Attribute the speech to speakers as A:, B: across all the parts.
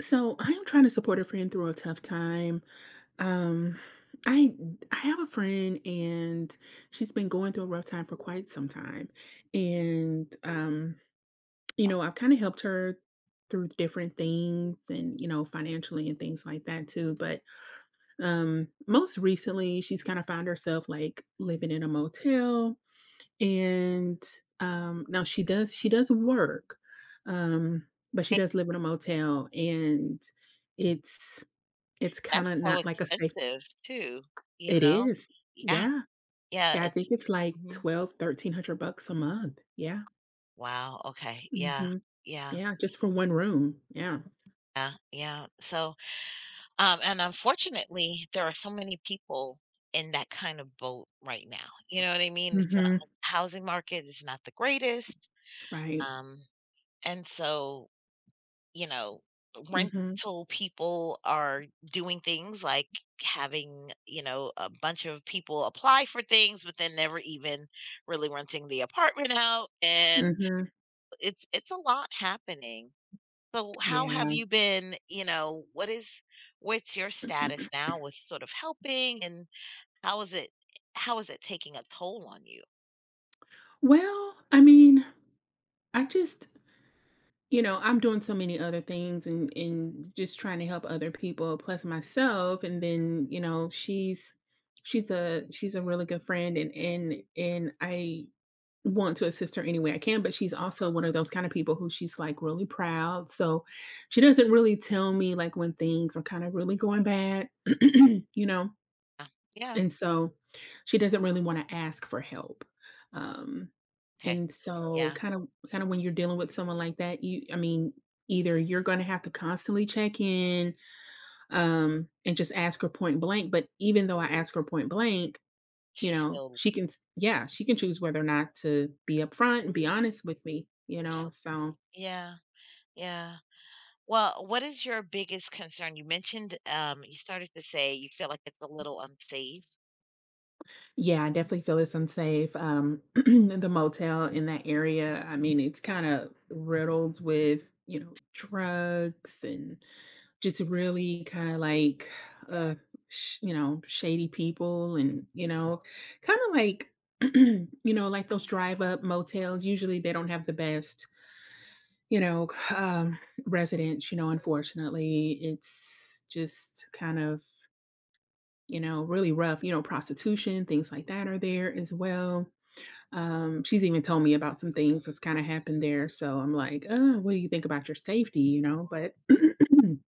A: So I am trying to support a friend through a tough time. Um, I I have a friend, and she's been going through a rough time for quite some time, and I've kind of helped her through different things, and you know, financially and things like that too. But most recently, she's kind of found herself like living in a motel. And now she does work. um, but she
B: I
A: does live in a motel, and it's it's
B: That's
A: kinda
B: so
A: not like a safe—
B: expensive too, you
A: It
B: know?
A: is.
B: Yeah,
A: Yeah.
B: yeah,
A: Yeah, I think
B: it's
A: it's like
B: mhm.
A: 12, $1,300 a month. Yeah.
B: Wow, okay, yeah,
A: Mhm.
B: yeah,
A: Yeah, just for 1 room. Yeah.
B: yeah, yeah, so, and unfortunately, there are so many people in that kind of boat right now, you know what I mean? It's not
A: Mhm.
B: like the housing market is not the greatest,
A: Right.
B: um, and so, you know,
A: Mhm.
B: rental people are doing things like having, a bunch of people apply for things but then never even really renting the apartment out, and
A: Mhm.
B: it's a lot happening. So how have
A: Yeah.
B: you been, what's your status now with sort of helping, and how is it how is it taking a toll on you?
A: Well, I mean, I just, you know, I'm doing so many other things, and just trying to help other people plus myself. And then, you know, she's a really good friend, and I want to assist her any way I can. But she's also one of those kind of people who, she's, like, really proud, so she doesn't really tell me, like, when things are kinda really going bad, you know?
B: Uh, Yeah.
A: And so she doesn't really wanna ask for help. Um,
B: Okay.
A: and so
B: Yeah.
A: kinda when you're dealing with someone like that, you I mean, either you're gonna have to constantly check in, and just ask her point blank. But even though I ask her point blank, you
B: She's
A: know,
B: still
A: she can s yeah, she can choose whether or not to be upfront and be honest with me, you know?
B: Absolutely.
A: So,
B: Yeah. Yeah. Well, what is your biggest concern? You mentioned, you started to say you feel like it's a little unsafe.
A: yeah, I definitely feel it's unsafe. The motel in that area, I mean, it's kinda riddled with, you know, drugs and just really kinda like, uh, sh you know, shady people. And, you know, kinda like, you know, like those drive up motels, usually they don't have the best— You know, um, residents. You know, unfortunately, it's just kind of, you know, really rough. You know, prostitution, things like that are there as well. She's even told me about some things that's kind of happened there. So I'm like, what do you think about your safety? You know? But and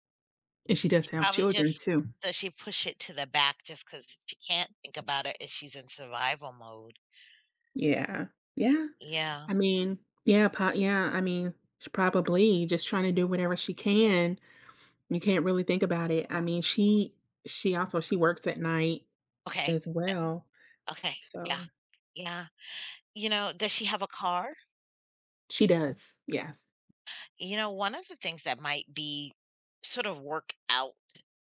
A: she does have
B: Probably
A: children
B: just,
A: too.
B: does she push it to the back just because she can't think about it if she's in survival mode?
A: Yeah. Yeah.
B: Yeah.
A: I mean, yeah. I mean, she's probably just trying to do whatever she can. You can't really think about it. I mean, she also, she works at night
B: Okay.
A: as well,
B: Okay.
A: so
B: Yeah. Yeah. You know, does she have a car?
A: she does, yes.
B: You know, one of the things that might be sort of work out,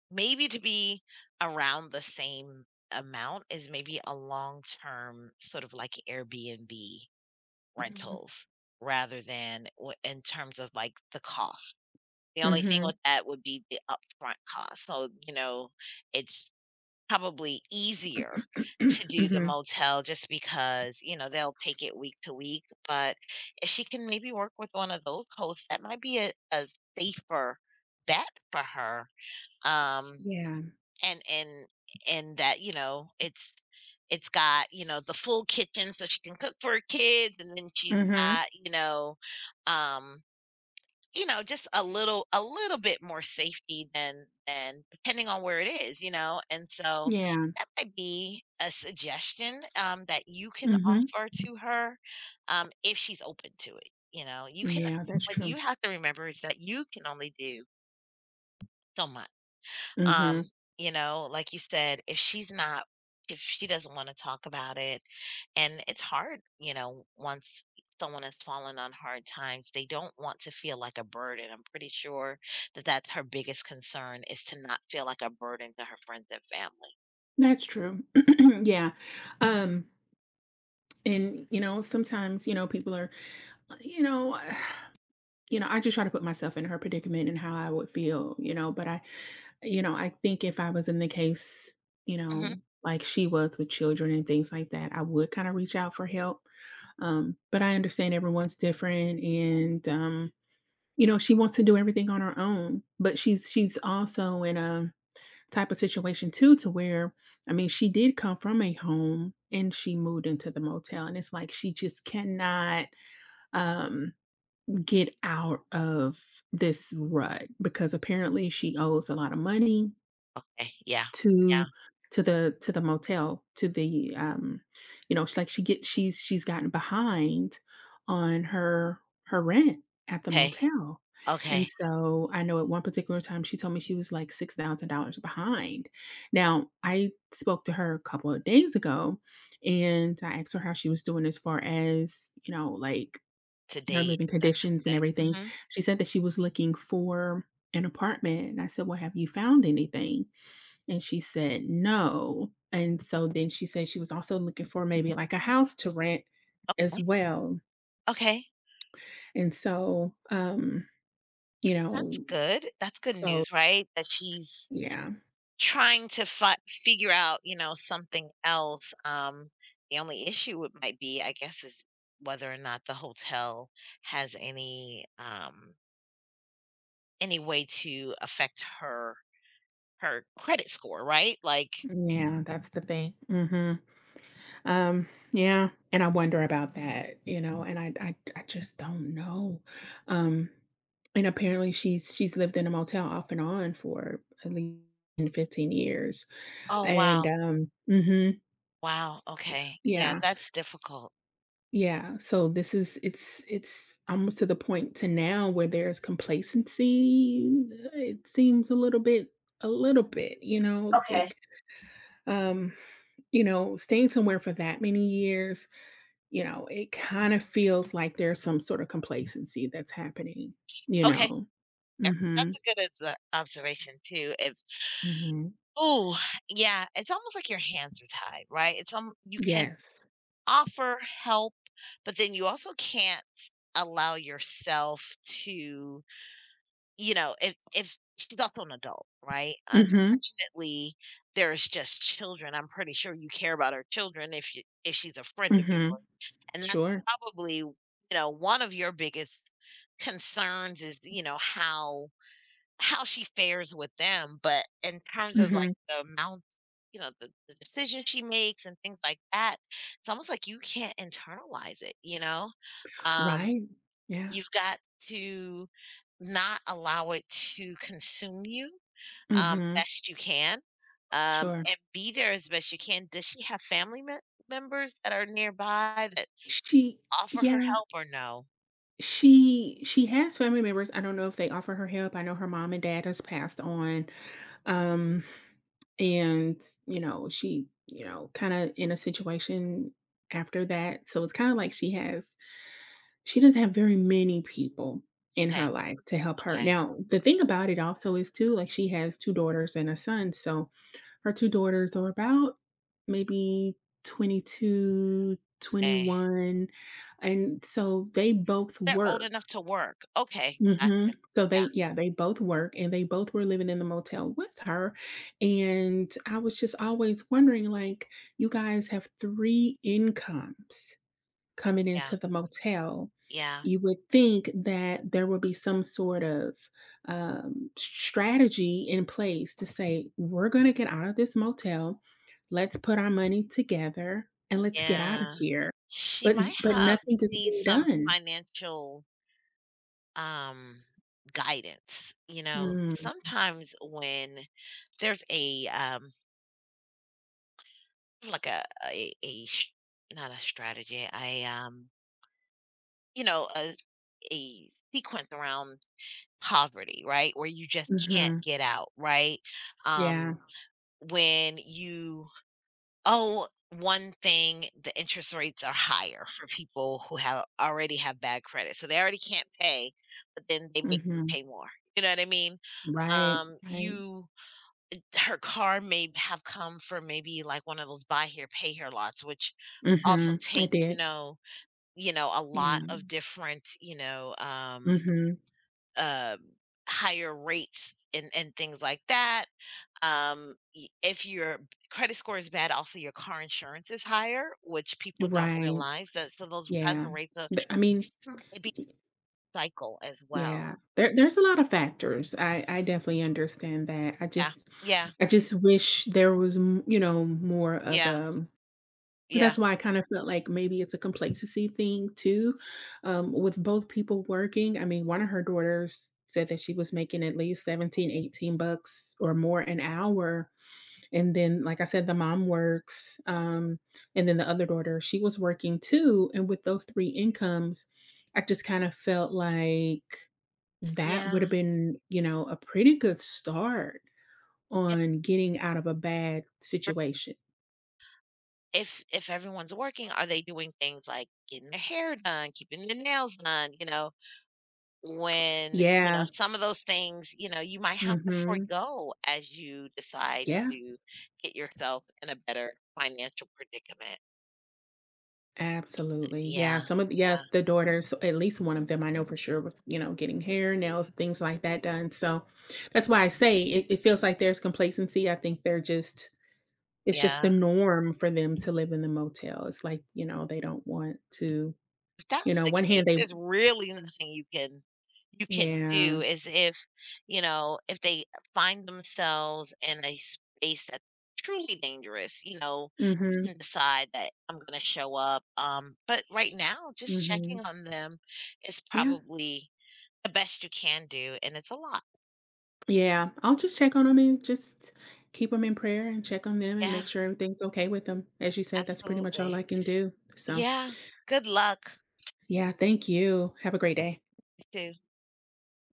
B: maybe to be around the same amount, is maybe a long-term sort of like Airbnb
A: Mhm,
B: rentals, rather than w in terms of, like, the cost. The only thing
A: mhm,
B: with that would be the upfront cost, so, it's probably easier to do the
A: mhm,
B: motel just because, they'll take it week to week. But if she can maybe work with one of those hosts, that might be a safer bet for her, um
A: yeah,
B: and and and that, it's got the full kitchen, so she can cook for her kids, and then she's
A: mhm,
B: got um just a little bit more safety than depending on where it is, and so
A: yeah,
B: that might be a suggestion, that you can
A: mhm,
B: offer to her, if she's open to it. You can
A: yeah, that's
B: What you
A: true,
B: have to remember is that you can only do so much.
A: mhm,
B: um, like you said, if she's not if she doesn't wanna talk about it, and it's hard. Once someone has fallen on hard times, they don't want to feel like a burden. I'm pretty sure that that's her biggest concern, is to not feel like a burden to her friends and family.
A: that's true, yeah. um, and, you know, sometimes, you know, people are, you know, you know, I just try to put myself in her predicament and how I would feel, you know. I think if I was in the case, you
B: Mhm.
A: know, like she was with children and things like that, I would kinda reach out for help. But I understand everyone's different. And, you know, she wants to do everything on her own. But she's also in a type of situation too, to where, I mean, she did come from a home and she moved into the motel, and it's like she just cannot, um, get out of this rut, because apparently she owes a lot of money
B: Okay, yeah, yeah,
A: to the motel, to the, you know, she's like she get she's gotten behind on her rent at the
B: okay,
A: motel. And
B: okay,
A: so, I know at one particular time, she told me she was, like, $6,000 behind. Now, I spoke to her a couple of days ago, and I asked her how she was doing as far as, you know, like,
B: to
A: her
B: date,
A: living
B: that kinda
A: conditions and
B: thing.
A: everything.
B: Mhm.
A: She said that she was looking for an apartment, and I said, "Well, have you found anything?" And she said, "No." And so then she said she was also looking for maybe like a house to rent as well.
B: Okay,
A: And so, you
B: that's
A: know,
B: good. That's good
A: so
B: news, right? That she's
A: yeah.
B: trying to fi figure out, something else. The only issue would might be, I guess, is whether or not the hotel has any way to affect her credit score, right? Like
A: Yeah, that's the thing. Mhm. Yeah, and I wonder about that, you know. And I just don't know. Um, and apparently she's lived in a motel off and on for at least 15 years.
B: oh,
A: And,
B: wow,
A: mhm,
B: wow, okay, yeah,
A: yeah.
B: that's difficult.
A: Yeah, so this is, it's almost to the point to now where there's complacency. It seems a little bit, you know,
B: Okay,
A: like, um, you know, staying somewhere for that many years, you know, it kinda feels like there's some sort of complacency that's happening, you
B: okay,
A: know?
B: yeah, that's
A: Mhm,
B: a good observation too, if
A: mhm.
B: ooh, yeah, it's almost like your hands are tied, right? It's, you can
A: Yes.
B: offer help, but then you also can't allow yourself to, if she's also an adult, right?
A: Mhm,
B: Unfortunately, there's just children. I'm pretty sure you care about her children, if she's a friend of yours.
A: mhm.
B: And that's
A: Sure.
B: probably, one of your biggest concerns is, how she fares with them. But in terms of, like,
A: Mhm.
B: the amount, the decisions she makes and things like that, it's almost like you can't internalize it, you know? Um,
A: Right. Yeah.
B: you've got to not allow it to consume you,
A: Mhm.
B: best you can,
A: Sure.
B: and be there as best you can. Does she have family me members that are nearby that
A: She
B: offer her
A: Yeah.
B: help, or no?
A: She has family members. I don't know if they offer her help. I know her mom and dad has passed on, um, and you know, she, you know, kinda in a situation after that. So it's kinda like she doesn't have very many people in
B: Okay,
A: her life to help her.
B: okay,
A: Now, the thing about it also is too, like, she has 2 daughters and a son. So her 2 daughters are about maybe 22, twenty
B: okay.
A: one, and so they both
B: They're old
A: work.
B: enough to work. Okay,
A: Mhm.
B: gotcha.
A: So
B: Yeah,
A: they, yeah, they both work, and they both were living in the motel with her. And I was just always wondering, like, "You guys have 3 incomes coming
B: yeah,
A: into the motel."
B: yeah.
A: You would think that there would be some sort of, strategy in place to say, "We're gonna get out of this motel. Let's put our money together, and let's get out of
B: Yeah.
A: here."
B: She
A: But
B: might have
A: nothing is
B: need
A: being
B: some
A: done.
B: financial, um, guidance. You know,
A: Mm.
B: sometimes when there's a, like a sh not a strategy, you know, a sequence around poverty, right? Where you just can't
A: Mhm.
B: get out, right? Um,
A: Yeah.
B: when you Oh, one thing, the interest rates are higher for people who have already have bad credit. So they already can't pay, but then they make them
A: Mhm.
B: pay more. You know what I mean?
A: Right, right.
B: You Her car may have come from maybe like one of those buy here, pay here lots, which also
A: Mhm. I
B: take,
A: did.
B: a
A: Yeah.
B: lot of different,
A: Mhm.
B: uh higher rates, and things like that. If your credit score is bad, also your car insurance is higher, which people don't
A: Right.
B: realize that. So those kinds
A: Yeah.
B: of rates of
A: Th I mean,
B: it's kind of a big
A: y-
B: cycle as well.
A: yeah. There there's a lot of factors. I definitely understand that.
B: Yeah, yeah,
A: I just wish there was m you know, more of,
B: yeah, yeah,
A: that's why I kinda felt like maybe it's a complacency thing too, with both people working. I mean, one of her daughters said that she was making at least 17, $18 or more an hour. And then, like I said, the mom works, and then the other daughter, she was working too. And with those 3 incomes, I just kinda felt like that
B: yeah.
A: would've been, you know, a pretty good start
B: Yeah.
A: on getting out of a bad situation.
B: If everyone's working, are they doing things like getting their hair done, keeping their nails done? You know, when you know
A: Yeah.
B: some of those things, you might have to
A: Mhm.
B: forego as you decide
A: Yeah,
B: to get yourself in a better financial predicament.
A: absolutely. Yeah,
B: Yeah,
A: some of the, yeah,
B: yeah.
A: the daughters, at least one of them I know for sure was, you know, getting hair, nails, things like that done. So that's why I say it, it feels like there's complacency. I think they're just— it's just the
B: Yeah.
A: norm for them to live in the motel. It's like, you know, they don't want to—
B: If
A: you
B: that's
A: know,
B: the
A: one
B: case,
A: hand they
B: there's really nothing you can you
A: yeah.
B: can do
A: Mm.
B: is, if, if they find themselves in a space that's truly dangerous, you
A: Mhm,
B: can decide that I'm gonna show up. But right now,
A: mm
B: just checking
A: mhm.
B: on them is
A: Yeah.
B: probably the best you can do, and it's a lot.
A: Yeah, I'll just check on them and just keep them in prayer and check on them and
B: Yeah,
A: make sure everything's okay with them. As you said, that's pretty much all
B: absolutely.
A: I can do. So,
B: Yeah. Good luck
A: yeah, thank you. Have a great day.
B: too.